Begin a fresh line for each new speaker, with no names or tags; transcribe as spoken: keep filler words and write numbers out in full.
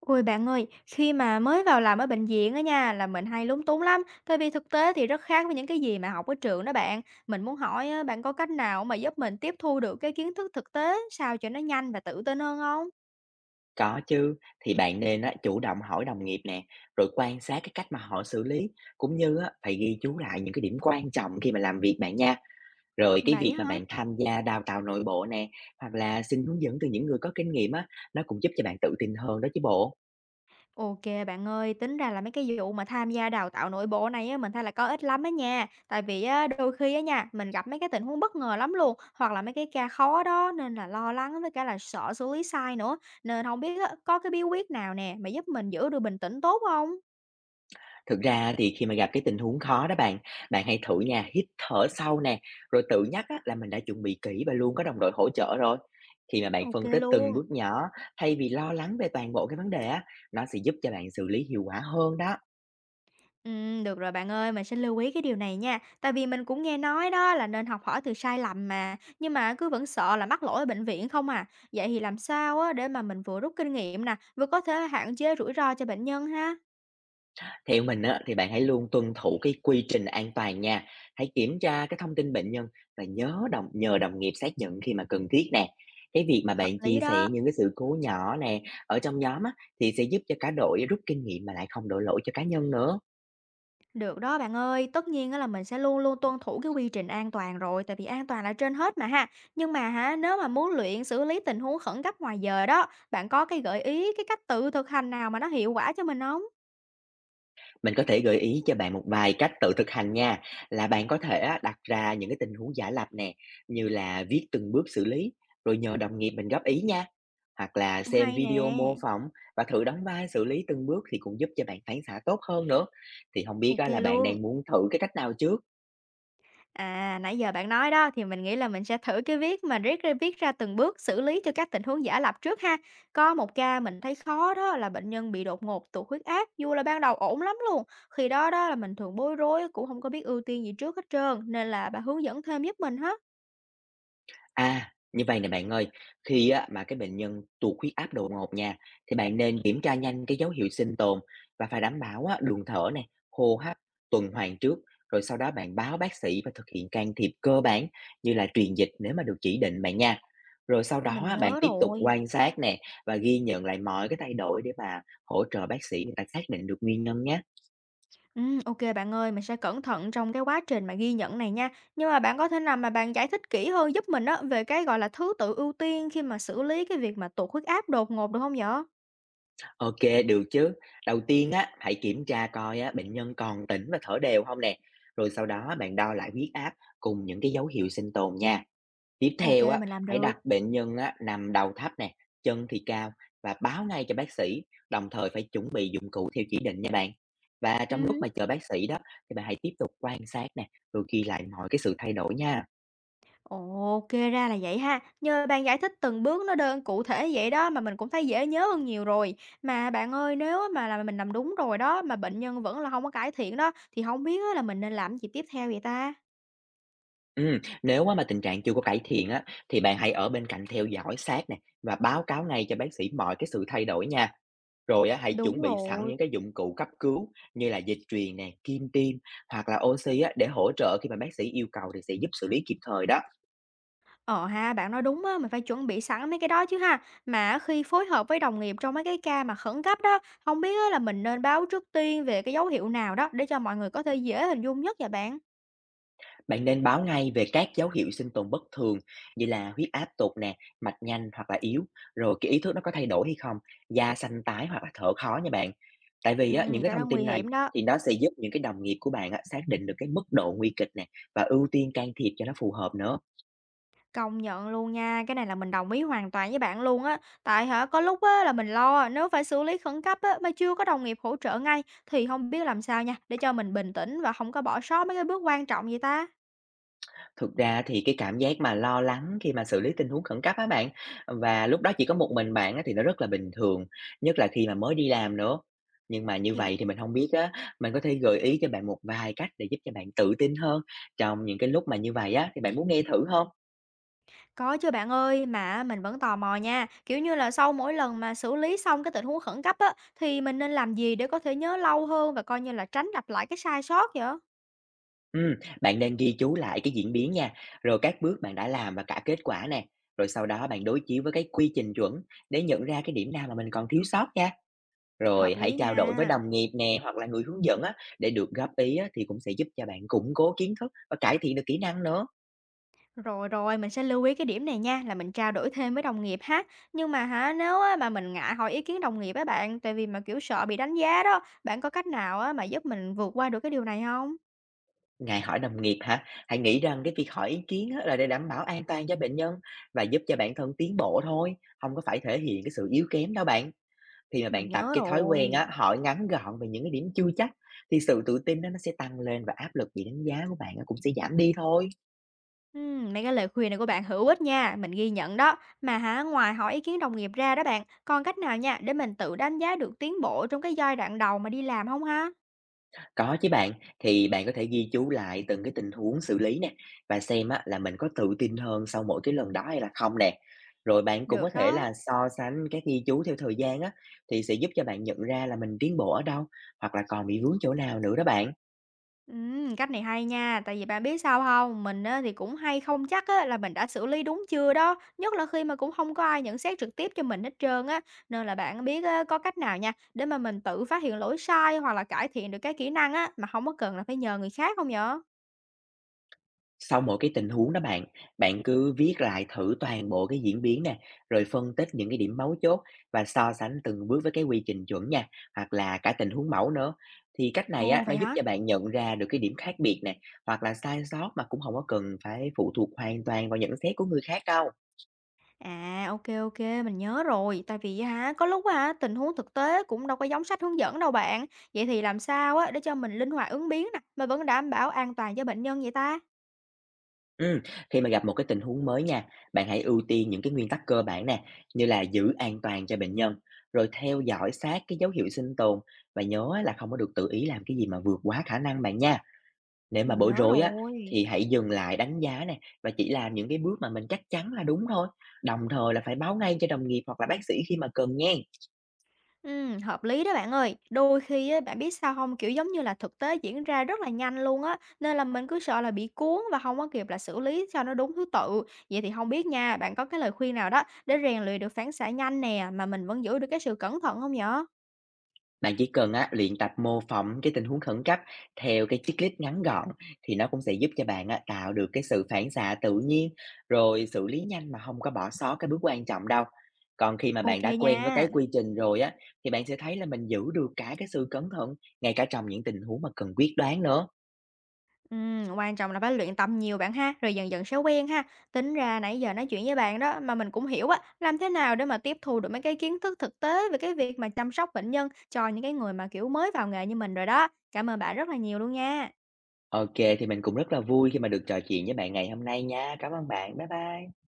Ôi bạn ơi, khi mà mới vào làm ở bệnh viện á nha, là mình hay lúng túng lắm, tại vì thực tế thì rất khác với những cái gì mà học ở trường đó bạn. Mình muốn hỏi á, bạn có cách nào mà giúp mình tiếp thu được cái kiến thức thực tế sao cho nó nhanh và tự tin hơn không?
Có chứ, thì bạn nên á, chủ động hỏi đồng nghiệp nè, rồi quan sát cái cách mà họ xử lý, cũng như á, phải ghi chú lại những cái điểm quan trọng khi mà làm việc bạn nha. Rồi cái
Vậy
việc
á
mà
hả?
bạn tham gia đào tạo nội bộ nè, hoặc là xin hướng dẫn từ những người có kinh nghiệm á, nó cũng giúp cho bạn tự tin hơn đó chứ bộ.
OK bạn ơi, tính ra là mấy cái vụ mà tham gia đào tạo nội bộ này á, mình thấy là có ít lắm á nha. Tại vì á, đôi khi á nha, mình gặp mấy cái tình huống bất ngờ lắm luôn, hoặc là mấy cái ca khó đó nên là lo lắng với cả là sợ xử lý sai nữa. Nên không biết á, có cái bí quyết nào nè mà giúp mình giữ được bình tĩnh tốt không?
Thực ra thì khi mà gặp cái tình huống khó đó bạn, bạn hãy thử nha, hít thở sâu nè, rồi tự nhắc á, là mình đã chuẩn bị kỹ và luôn có đồng đội hỗ trợ rồi. Khi mà bạn
OK
phân tích từng
luôn.
bước nhỏ, thay vì lo lắng về toàn bộ cái vấn đề á, nó sẽ giúp cho bạn xử lý hiệu quả hơn đó.
Ừm, được rồi bạn ơi, mình sẽ lưu ý cái điều này nha. Tại vì mình cũng nghe nói đó là nên học hỏi từ sai lầm mà, nhưng mà cứ vẫn sợ là mắc lỗi ở bệnh viện không à. Vậy thì làm sao á để mà mình vừa rút kinh nghiệm nè, vừa có thể hạn chế rủi ro cho bệnh nhân ha?
Theo mình á, thì bạn hãy luôn tuân thủ cái quy trình an toàn nha. Hãy kiểm tra cái thông tin bệnh nhân và nhớ đồng nhờ đồng nghiệp xác nhận khi mà cần thiết nè. Cái việc mà
Hợp
bạn chia
lý đó.
sẻ những cái sự cố nhỏ nè ở trong nhóm á, thì sẽ giúp cho cả đội rút kinh nghiệm mà lại không đổ lỗi cho cá nhân nữa.
Được đó bạn ơi, tất nhiên á là mình sẽ luôn luôn tuân thủ cái quy trình an toàn rồi, tại vì an toàn là trên hết mà ha. Nhưng mà hả, nếu mà muốn luyện xử lý tình huống khẩn cấp ngoài giờ đó, bạn có cái gợi ý, cái cách tự thực hành nào mà nó hiệu quả cho mình không?
Mình có thể gợi ý cho bạn một vài cách tự thực hành nha, là bạn có thể á, đặt ra những cái tình huống giả lập nè, như là viết từng bước xử lý, rồi nhờ đồng nghiệp mình góp ý nha, hoặc là
Cũng
xem
hay
video
nè.
mô phỏng và thử đóng vai xử lý từng bước thì cũng giúp cho bạn phản xạ tốt hơn nữa. Thì không biết
Ok
á là bạn
luôn.
đang muốn thử cái cách nào trước?
À, nãy giờ bạn nói đó thì mình nghĩ là mình sẽ thử cái viết mà riết ra viết ra từng bước xử lý cho các tình huống giả lập trước ha. Có một ca mình thấy khó đó là bệnh nhân bị đột ngột tụt huyết áp, dù là ban đầu ổn lắm luôn. Khi đó đó là mình thường bối rối cũng không có biết ưu tiên gì trước hết trơn nên là bà hướng dẫn thêm giúp mình hết.
À, như vậy nè bạn ơi, khi á mà cái bệnh nhân tụt huyết áp đột ngột nha, thì bạn nên kiểm tra nhanh cái dấu hiệu sinh tồn và phải đảm bảo á đường thở này, hô hấp, tuần hoàn trước, rồi sau đó bạn báo bác sĩ và thực hiện can thiệp cơ bản như là truyền dịch nếu mà được chỉ định bạn nha. Rồi sau đó
Mình
á, bạn
nhớ
tiếp tục
rồi.
quan sát nè và ghi nhận lại mọi cái thay đổi để mà hỗ trợ bác sĩ người ta xác định được nguyên nhân nhé.
Ừ, ok bạn ơi, mình sẽ cẩn thận trong cái quá trình mà ghi nhận này nha. Nhưng mà bạn có thể nào mà bạn giải thích kỹ hơn giúp mình á về cái gọi là thứ tự ưu tiên khi mà xử lý cái việc mà tụt huyết áp đột ngột được không vậy?
OK, được chứ. Đầu tiên á, hãy kiểm tra coi á, bệnh nhân còn tỉnh và thở đều không nè, rồi sau đó bạn đo lại huyết áp cùng những cái dấu hiệu sinh tồn nha. Tiếp
Ok,
theo á,
mình làm
hãy đặt
được.
bệnh nhân á, nằm đầu thấp nè, chân thì cao và báo ngay cho bác sĩ, đồng thời phải chuẩn bị dụng cụ theo chỉ định nha bạn. Và trong
Ừm
lúc mà
hứm.
chờ bác sĩ đó, thì bạn hãy tiếp tục quan sát nè, rồi ghi lại mọi cái sự thay đổi nha.
Ồ, kê ra là vậy ha. Nhờ bạn giải thích từng bước nó đơn cụ thể vậy đó mà mình cũng thấy dễ nhớ hơn nhiều rồi. Mà bạn ơi, nếu á mà là mình làm đúng rồi đó, mà bệnh nhân vẫn là hông có cải thiện đó, thì hông biết á là mình nên làm gì tiếp theo vậy ta?
Ừm, nếu á mà tình trạng chưa có cải thiện á, thì bạn hãy ở bên cạnh theo dõi sát nè và báo cáo ngay cho bác sĩ mọi cái sự thay đổi nha. Rồi á, hãy
Đúng
chuẩn bị sẵn
rồi.
những cái dụng cụ cấp cứu như là dịch truyền nè, kim tiêm hoặc là oxy á, để hỗ trợ khi mà bác sĩ yêu cầu thì sẽ giúp xử lý kịp thời đó.
Ờ ha, bạn nói đúng á, mình phải chuẩn bị sẵn mấy cái đó chứ ha. Mà á khi phối hợp với đồng nghiệp trong mấy cái ca mà khẩn cấp đó, hông biết á là mình nên báo trước tiên về cái dấu hiệu nào đó để cho mọi người có thể dễ hình dung nhất vậy bạn?
Bạn nên báo ngay về các dấu hiệu sinh tồn bất thường như là huyết áp tụt nè, mạch nhanh hoặc là yếu, rồi cái ý thức nó có thay đổi hay không, da xanh tái hoặc là thở khó nha bạn. Tại vì á, những
Ừm,
cái
cái đó
thông
nguy
tin này
hiểm đó.
thì nó sẽ giúp những cái đồng nghiệp của bạn á, xác định được cái mức độ nguy kịch nè và ưu tiên can thiệp cho nó phù hợp nữa.
Công nhận luôn nha, cái này là mình đồng ý hoàn toàn với bạn luôn á. Tại hả, có lúc á là mình lo nếu phải xử lý khẩn cấp á mà chưa có đồng nghiệp hỗ trợ ngay thì không biết làm sao nha, để cho mình bình tĩnh và không có bỏ sót mấy cái bước quan trọng gì ta.
Thực ra thì cái cảm giác mà lo lắng khi mà xử lý tình huống khẩn cấp á bạn, và lúc đó chỉ có một mình bạn á, thì nó rất là bình thường, nhất là khi mà mới đi làm nữa. Nhưng mà như
Thì
vậy thì mình không biết á, mình có thể gợi ý cho bạn một vài cách để giúp cho bạn tự tin hơn trong những cái lúc mà như vậy á, thì bạn muốn nghe thử không?
có chứ bạn ơi, mà mình vẫn tò mò nha, kiểu như là sau mỗi lần mà xử lý xong cái tình huống khẩn cấp á thì mình nên làm gì để có thể nhớ lâu hơn và coi như là tránh lặp lại cái sai sót vậy?
Ừm, bạn nên ghi chú lại cái diễn biến nha, rồi các bước bạn đã làm và cả kết quả nè, rồi sau đó bạn đối chiếu với cái quy trình chuẩn để nhận ra cái điểm nào mà mình còn thiếu sót nha. Rồi
Hợp
hãy
lý
trao đổi với
nha.
đồng nghiệp nè, hoặc là người hướng dẫn á, để được góp ý á, thì cũng sẽ giúp cho bạn củng cố kiến thức và cải thiện được kỹ năng nữa.
Rồi, rồi, mình sẽ lưu ý cái điểm này nha, là mình trao đổi thêm với đồng nghiệp ha. Nhưng mà hả, nếu á mà mình ngại hỏi ý kiến đồng nghiệp á bạn, tại vì mà, kiểu, sợ bị đánh giá đó, bạn có cách nào á mà giúp mình vượt qua được cái điều này không?
Ngài hỏi đồng nghiệp hả? Hãy nghĩ rằng cái việc hỏi ý kiến á, là để đảm bảo an toàn cho bệnh nhân và giúp cho bản thân tiến bộ thôi, không có phải thể hiện cái sự yếu kém đâu bạn. Khi mà
Mình
bạn tập
nhớ
cái thói quen
rồi.
á, hỏi ngắn gọn về những cái điểm chưa chắc, thì sự tự tin đó nó sẽ tăng lên và áp lực bị đánh giá của bạn á, cũng sẽ giảm đi thôi.
Ừm, mấy cái lời khuyên này của bạn hữu ích nha, mình ghi nhận đó. Mà hả, ngoài hỏi ý kiến đồng nghiệp ra đó bạn, còn cách nào nha để mình tự đánh giá được tiến bộ trong cái giai đoạn đầu mà đi làm không ha?
Có chứ bạn, thì bạn có thể ghi chú lại từng cái tình huống xử lý nè và xem á, là mình có tự tin hơn sau mỗi cái lần đó hay là không nè. Rồi bạn cũng có
Được
thể
đó.
là so sánh các ghi chú theo thời gian á, thì sẽ giúp cho bạn nhận ra là mình tiến bộ ở đâu hoặc là còn bị vướng chỗ nào nữa đó bạn.
Ừm, cách này hay nha, tại vì bạn biết sao không? Mình á thì cũng hay không chắc á là mình đã xử lý đúng chưa đó, nhất là khi mà cũng không có ai nhận xét trực tiếp cho mình hết trơn á. Nên là bạn biết á, có cách nào nha, để mà mình tự phát hiện lỗi sai hoặc là cải thiện được cái kỹ năng á, mà không có cần là phải nhờ người khác không nhở?
Sau mỗi cái tình huống đó bạn, bạn cứ viết lại thử toàn bộ cái diễn biến nè, rồi phân tích những cái điểm mấu chốt và so sánh từng bước với cái quy trình chuẩn nha, hoặc là cả tình huống mẫu nữa. Thì cách này
Ồ,
á, nó
vậy
giúp
hả?
cho bạn nhận ra được cái điểm khác biệt nè, hoặc là sai sót mà cũng không có cần phải phụ thuộc hoàn toàn vào nhận xét của người khác đâu.
À, ok ok mình nhớ rồi, tại vì á hả, có lúc á hả, tình huống thực tế cũng đâu có giống sách hướng dẫn đâu bạn. Vậy thì làm sao á, để cho mình linh hoạt ứng biến nè, mà vẫn đảm bảo an toàn cho bệnh nhân vậy ta?
Ừm, khi mà gặp một cái tình huống mới nha, bạn hãy ưu tiên những cái nguyên tắc cơ bản nè, như là giữ an toàn cho bệnh nhân, rồi theo dõi sát cái dấu hiệu sinh tồn và nhớ á là không có được tự ý làm cái gì mà vượt quá khả năng bạn nha. Nếu mà
Mình
bối
nhớ
rối á,
rồi.
thì hãy dừng lại đánh giá nè và chỉ làm những cái bước mà mình chắc chắn là đúng thôi. Đồng thời là phải báo ngay cho đồng nghiệp hoặc là bác sĩ khi mà cần nha.
Ừm, hợp lý đó bạn ơi. Đôi khi á, bạn biết sao không? Kiểu, giống như là, thực tế diễn ra rất là nhanh luôn á, nên là mình cứ sợ là bị cuốn và không có kịp là xử lý cho nó đúng thứ tự. Vậy thì không biết nha, bạn có cái lời khuyên nào đó để rèn luyện được phản xạ nhanh nè, mà mình vẫn giữ được cái sự cẩn thận không nhở?
Bạn chỉ cần á, luyện tập mô phỏng cái tình huống khẩn cấp theo cái checklist ngắn gọn, thì nó cũng sẽ giúp cho bạn á, tạo được cái sự phản xạ tự nhiên rồi xử lý nhanh mà không có bỏ sót cái bước quan trọng đâu. Còn khi mà
Ok
bạn đã quen với
nha.
cái quy trình rồi á, thì bạn sẽ thấy là mình giữ được cả cái sự cẩn thận ngay cả trong những tình huống mà cần quyết đoán nữa.
Ừm, quan trọng là phải luyện tập nhiều bạn ha, rồi dần dần sẽ quen ha. Tính ra nãy giờ nói chuyện với bạn đó mà mình cũng hiểu á, làm thế nào để mà tiếp thu được mấy cái kiến thức thực tế về cái việc mà chăm sóc bệnh nhân cho những cái người mà kiểu mới vào nghề như mình rồi đó. Cảm ơn bạn rất là nhiều luôn nha.
Ok, thì mình cũng rất là vui khi mà được trò chuyện với bạn ngày hôm nay nha. Cảm ơn bạn. Bye bye.